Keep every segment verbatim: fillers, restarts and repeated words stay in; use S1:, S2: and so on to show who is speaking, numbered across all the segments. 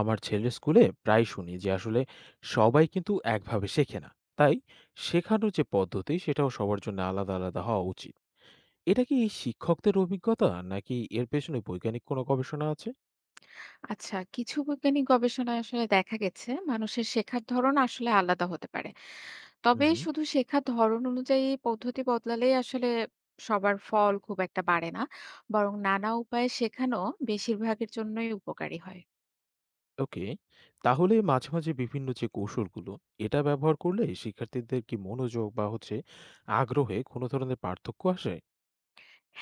S1: আমার ছেলের স্কুলে প্রায় শুনি যে আসলে সবাই কিন্তু একভাবে শেখে না, তাই শেখানোর যে পদ্ধতি সেটাও সবার জন্য আলাদা আলাদা হওয়া উচিত। এটা কি এই শিক্ষকদের অভিজ্ঞতা নাকি এর পেছনে বৈজ্ঞানিক কোনো গবেষণা আছে?
S2: আচ্ছা, কিছু বৈজ্ঞানিক গবেষণায় আসলে দেখা গেছে মানুষের শেখার ধরন আসলে আলাদা হতে পারে।
S1: হুম,
S2: তবে
S1: হুম।
S2: শুধু শেখার ধরন অনুযায়ী পদ্ধতি বদলালেই আসলে সবার ফল খুব একটা বাড়ে না। বরং নানা উপায়ে শেখানো বেশিরভাগের জন্যই উপকারী হয়।
S1: ওকে, তাহলে মাঝে মাঝে বিভিন্ন যে কৌশলগুলো এটা ব্যবহার করলে শিক্ষার্থীদের কি মনোযোগ বা হচ্ছে আগ্রহে কোনো ধরনের পার্থক্য আসে?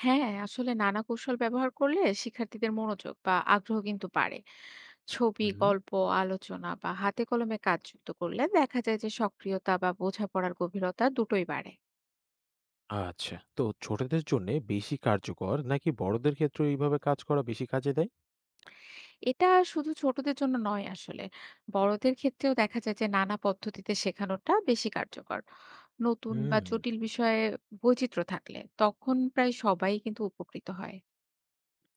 S2: হ্যাঁ, আসলে নানা কৌশল ব্যবহার করলে শিক্ষার্থীদের মনোযোগ বা আগ্রহ কিন্তু বাড়ে। ছবি,
S1: হুম, হুম।
S2: গল্প, আলোচনা বা হাতে কলমে কাজ যুক্ত করলে দেখা যায় যে সক্রিয়তা বা বোঝাপড়ার গভীরতা দুটোই বাড়ে।
S1: আচ্ছা, তো ছোটদের জন্য বেশি কার্যকর নাকি বড়দের ক্ষেত্রে এইভাবে কাজ করা বেশি কাজে দেয়?
S2: এটা শুধু ছোটদের জন্য নয় আসলে। বড়দের ক্ষেত্রেও দেখা যায় যে নানা পদ্ধতিতে শেখানোটা বেশি কার্যকর। নতুন বা
S1: হুম।
S2: জটিল বিষয়ে বৈচিত্র্য থাকলে তখন প্রায় সবাই কিন্তু উপকৃত হয়।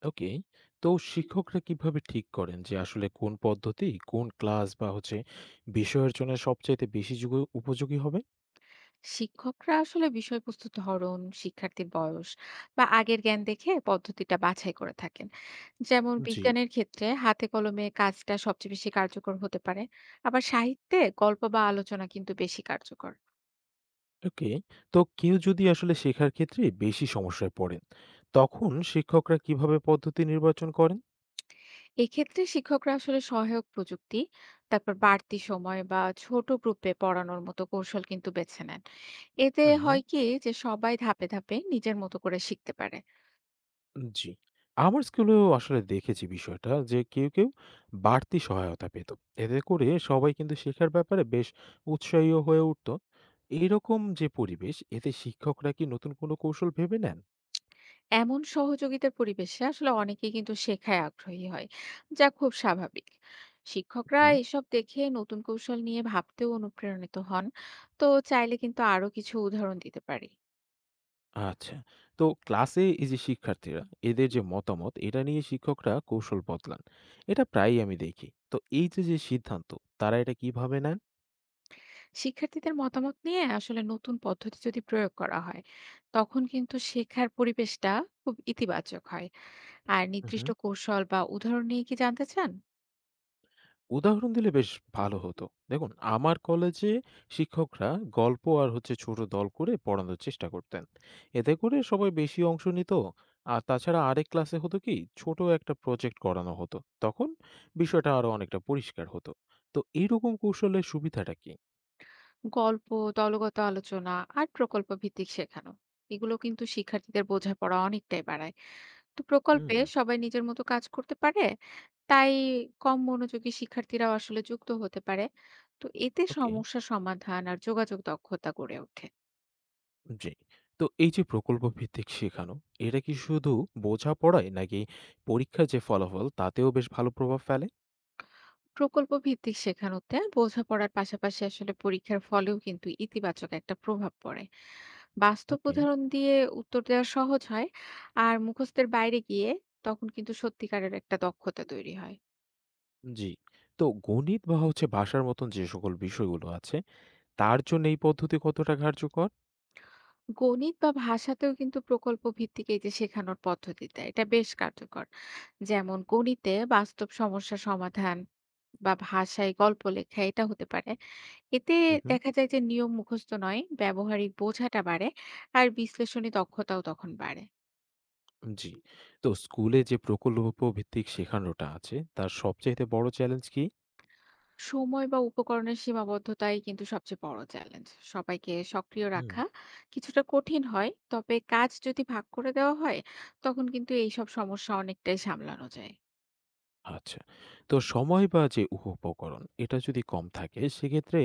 S1: ওকে। তো শিক্ষকরা কিভাবে ঠিক করেন যে আসলে কোন পদ্ধতি, কোন ক্লাস বা হচ্ছে বিষয়ের জন্য সবচাইতে বেশি যুগ উপযোগী হবে?
S2: শিক্ষকরা আসলে বিষয়বস্তুর ধরন, শিক্ষার্থীর বয়স বা আগের জ্ঞান দেখে পদ্ধতিটা বাছাই করে থাকেন। যেমন
S1: জি।
S2: বিজ্ঞানের ক্ষেত্রে হাতে কলমে কাজটা সবচেয়ে বেশি কার্যকর হতে পারে। আবার সাহিত্যে গল্প বা আলোচনা কিন্তু বেশি কার্যকর।
S1: ওকে। তো কেউ যদি আসলে শেখার ক্ষেত্রে বেশি সমস্যায় পড়েন, তখন শিক্ষকরা কিভাবে পদ্ধতি নির্বাচন করেন?
S2: এক্ষেত্রে শিক্ষকরা আসলে সহায়ক প্রযুক্তি, তারপর বাড়তি সময় বা ছোট গ্রুপে পড়ানোর মতো কৌশল কিন্তু বেছে নেন। এতে
S1: হুম।
S2: হয় কি যে সবাই ধাপে ধাপে নিজের মতো করে শিখতে পারে।
S1: জি। আমার স্কুলেও আসলে দেখেছি বিষয়টা, যে কেউ, কেউ বাড়তি সহায়তা পেত। এতে করে সবাই কিন্তু শেখার ব্যাপারে বেশ উৎসাহীও হয়ে উঠত। এরকম যে পরিবেশ, এতে শিক্ষকরা কি নতুন কোনো কৌশল ভেবে নেন?
S2: এমন সহযোগিতার পরিবেশে আসলে অনেকেই কিন্তু শেখায় আগ্রহী হয়, যা খুব স্বাভাবিক। শিক্ষকরা
S1: হুম।
S2: এসব দেখে নতুন কৌশল নিয়ে ভাবতেও অনুপ্রাণিত হন। তো চাইলে কিন্তু আরো কিছু উদাহরণ দিতে পারি।
S1: আচ্ছা। তো ক্লাসে এই যে শিক্ষার্থীরা, এদের যে মতামত, এটা নিয়ে শিক্ষকরা কৌশল বদলান। এটা প্রায়ই আমি দেখি। তো এই যে, যে সিদ্ধান্ত, তারা এটা কিভাবে নেন?
S2: শিক্ষার্থীদের মতামত নিয়ে আসলে নতুন পদ্ধতি যদি প্রয়োগ করা হয়, তখন কিন্তু শেখার পরিবেশটা খুব ইতিবাচক হয়। আর নির্দিষ্ট
S1: হুম।
S2: কৌশল বা উদাহরণ নিয়ে কি জানতে চান?
S1: উদাহরণ দিলে বেশ ভালো হতো। দেখুন, আমার কলেজে শিক্ষকরা গল্প আর হচ্ছে ছোট দল করে পড়ানোর চেষ্টা করতেন। এতে করে সবাই বেশি অংশ নিত। আর তাছাড়া আরেক ক্লাসে হতো কি, ছোট একটা প্রজেক্ট করানো হতো। তখন বিষয়টা আরো অনেকটা পরিষ্কার হতো। তো এইরকম কৌশলের সুবিধাটা কি?
S2: গল্প, দলগত আলোচনা আর প্রকল্প ভিত্তিক শেখানো, এগুলো কিন্তু শিক্ষার্থীদের বোঝাপড়া অনেকটাই বাড়ায়। তো প্রকল্পে
S1: হুম,
S2: সবাই নিজের মতো কাজ করতে পারে, তাই কম মনোযোগী শিক্ষার্থীরাও আসলে যুক্ত হতে পারে। তো এতে
S1: ওকে,
S2: সমস্যা সমাধান আর যোগাযোগ দক্ষতা গড়ে ওঠে।
S1: জি। তো এই যে প্রকল্প ভিত্তিক শেখানো, এটা কি শুধু বোঝাপড়ায় নাকি পরীক্ষার যে ফলাফল তাতেও বেশ ভালো প্রভাব ফেলে?
S2: প্রকল্প ভিত্তিক শেখানোতে বোঝাপড়ার পাশাপাশি আসলে পরীক্ষার ফলেও কিন্তু ইতিবাচক একটা প্রভাব পড়ে। বাস্তব
S1: ওকে।
S2: উদাহরণ দিয়ে উত্তর দেওয়া সহজ হয়, আর মুখস্থের বাইরে গিয়ে তখন কিন্তু সত্যিকারের একটা দক্ষতা তৈরি হয়।
S1: জি। তো গণিত বা হচ্ছে ভাষার মতন যে সকল বিষয়গুলো আছে, তার জন্য এই পদ্ধতি কতটা কার্যকর?
S2: গণিত বা ভাষাতেও কিন্তু প্রকল্প ভিত্তিক এই যে শেখানোর পদ্ধতিটা, এটা বেশ কার্যকর। যেমন গণিতে বাস্তব সমস্যা সমাধান বা ভাষায় গল্প লেখা এটা হতে পারে। এতে
S1: হু, হু।
S2: দেখা যায় যে নিয়ম মুখস্থ নয়, ব্যবহারিক বোঝাটা বাড়ে, আর বিশ্লেষণী দক্ষতাও তখন বাড়ে।
S1: জি। তো স্কুলে যে প্রকল্প ভিত্তিক শেখানোটা আছে, তার সবচাইতে বড় চ্যালেঞ্জ কি?
S2: সময় বা উপকরণের সীমাবদ্ধতাই কিন্তু সবচেয়ে বড় চ্যালেঞ্জ। সবাইকে সক্রিয়
S1: হুম।
S2: রাখা কিছুটা কঠিন হয়, তবে কাজ যদি ভাগ করে দেওয়া হয় তখন কিন্তু এইসব সমস্যা অনেকটাই সামলানো যায়।
S1: আচ্ছা। তো সময় বা যে উপকরণ, এটা যদি কম থাকে, সেক্ষেত্রে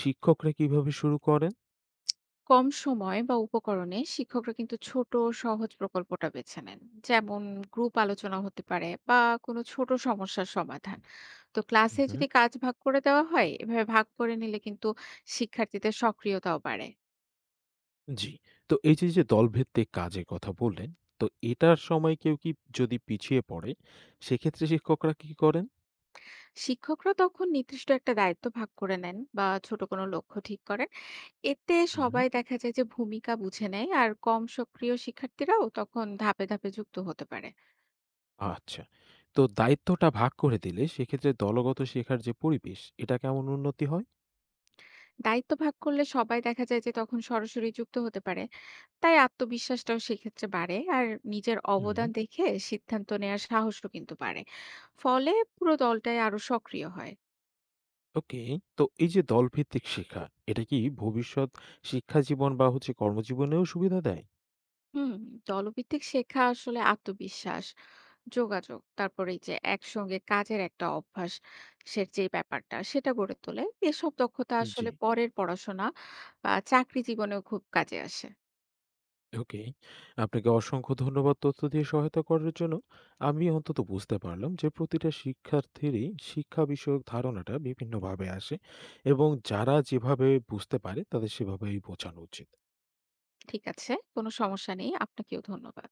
S1: শিক্ষকরা কিভাবে শুরু করেন?
S2: কম সময় বা উপকরণে শিক্ষকরা কিন্তু ছোট, সহজ প্রকল্পটা বেছে নেন। যেমন গ্রুপ আলোচনা হতে পারে বা কোনো ছোট সমস্যার সমাধান। তো
S1: হু,
S2: ক্লাসে
S1: হু।
S2: যদি কাজ ভাগ করে দেওয়া হয়, এভাবে ভাগ করে নিলে কিন্তু শিক্ষার্থীদের সক্রিয়তাও বাড়ে।
S1: জি। তো এই যে, যে দলভিত্তিক কাজের কথা বললেন, তো এটার সময় কেউ কি যদি পিছিয়ে পড়ে, সেক্ষেত্রে শিক্ষকরা কি করেন?
S2: শিক্ষকরা তখন নির্দিষ্ট একটা দায়িত্ব ভাগ করে নেন বা ছোট কোনো লক্ষ্য ঠিক করেন। এতে
S1: হুম।
S2: সবাই দেখা যায় যে ভূমিকা বুঝে নেয়, আর কম সক্রিয় শিক্ষার্থীরাও তখন ধাপে ধাপে যুক্ত হতে পারে।
S1: আচ্ছা। তো দায়িত্বটা ভাগ করে দিলে সেক্ষেত্রে দলগত শেখার যে পরিবেশ, এটা কেমন উন্নতি হয়?
S2: দায়িত্ব ভাগ করলে সবাই দেখা যায় যে তখন সরাসরি যুক্ত হতে পারে। তাই আত্মবিশ্বাসটাও সেক্ষেত্রে বাড়ে, আর নিজের
S1: হুম।
S2: অবদান দেখে সিদ্ধান্ত নেওয়ার সাহসও কিন্তু বাড়ে। ফলে পুরো দলটাই আরো সক্রিয় হয়।
S1: ওকে। তো এই যে দলভিত্তিক শিক্ষা, এটা কি ভবিষ্যৎ শিক্ষা জীবন বা হচ্ছে কর্মজীবনেও সুবিধা দেয়?
S2: হুম। দলভিত্তিক শেখা আসলে আত্মবিশ্বাস, যোগাযোগ, তারপরে এই যে একসঙ্গে কাজের একটা অভ্যাস, সে যে ব্যাপারটা সেটা গড়ে তোলে। এসব দক্ষতা
S1: জি।
S2: আসলে পরের পড়াশোনা বা চাকরি জীবনেও খুব কাজে আসে।
S1: ওকে। আপনাকে অসংখ্য ধন্যবাদ তথ্য দিয়ে সহায়তা করার জন্য। আমি অন্তত বুঝতে পারলাম যে প্রতিটা শিক্ষার্থীরই শিক্ষা বিষয়ক ধারণাটা বিভিন্নভাবে আসে এবং যারা যেভাবে বুঝতে পারে তাদের সেভাবেই বোঝানো উচিত।
S2: ঠিক আছে, কোনো সমস্যা নেই, আপনাকেও ধন্যবাদ।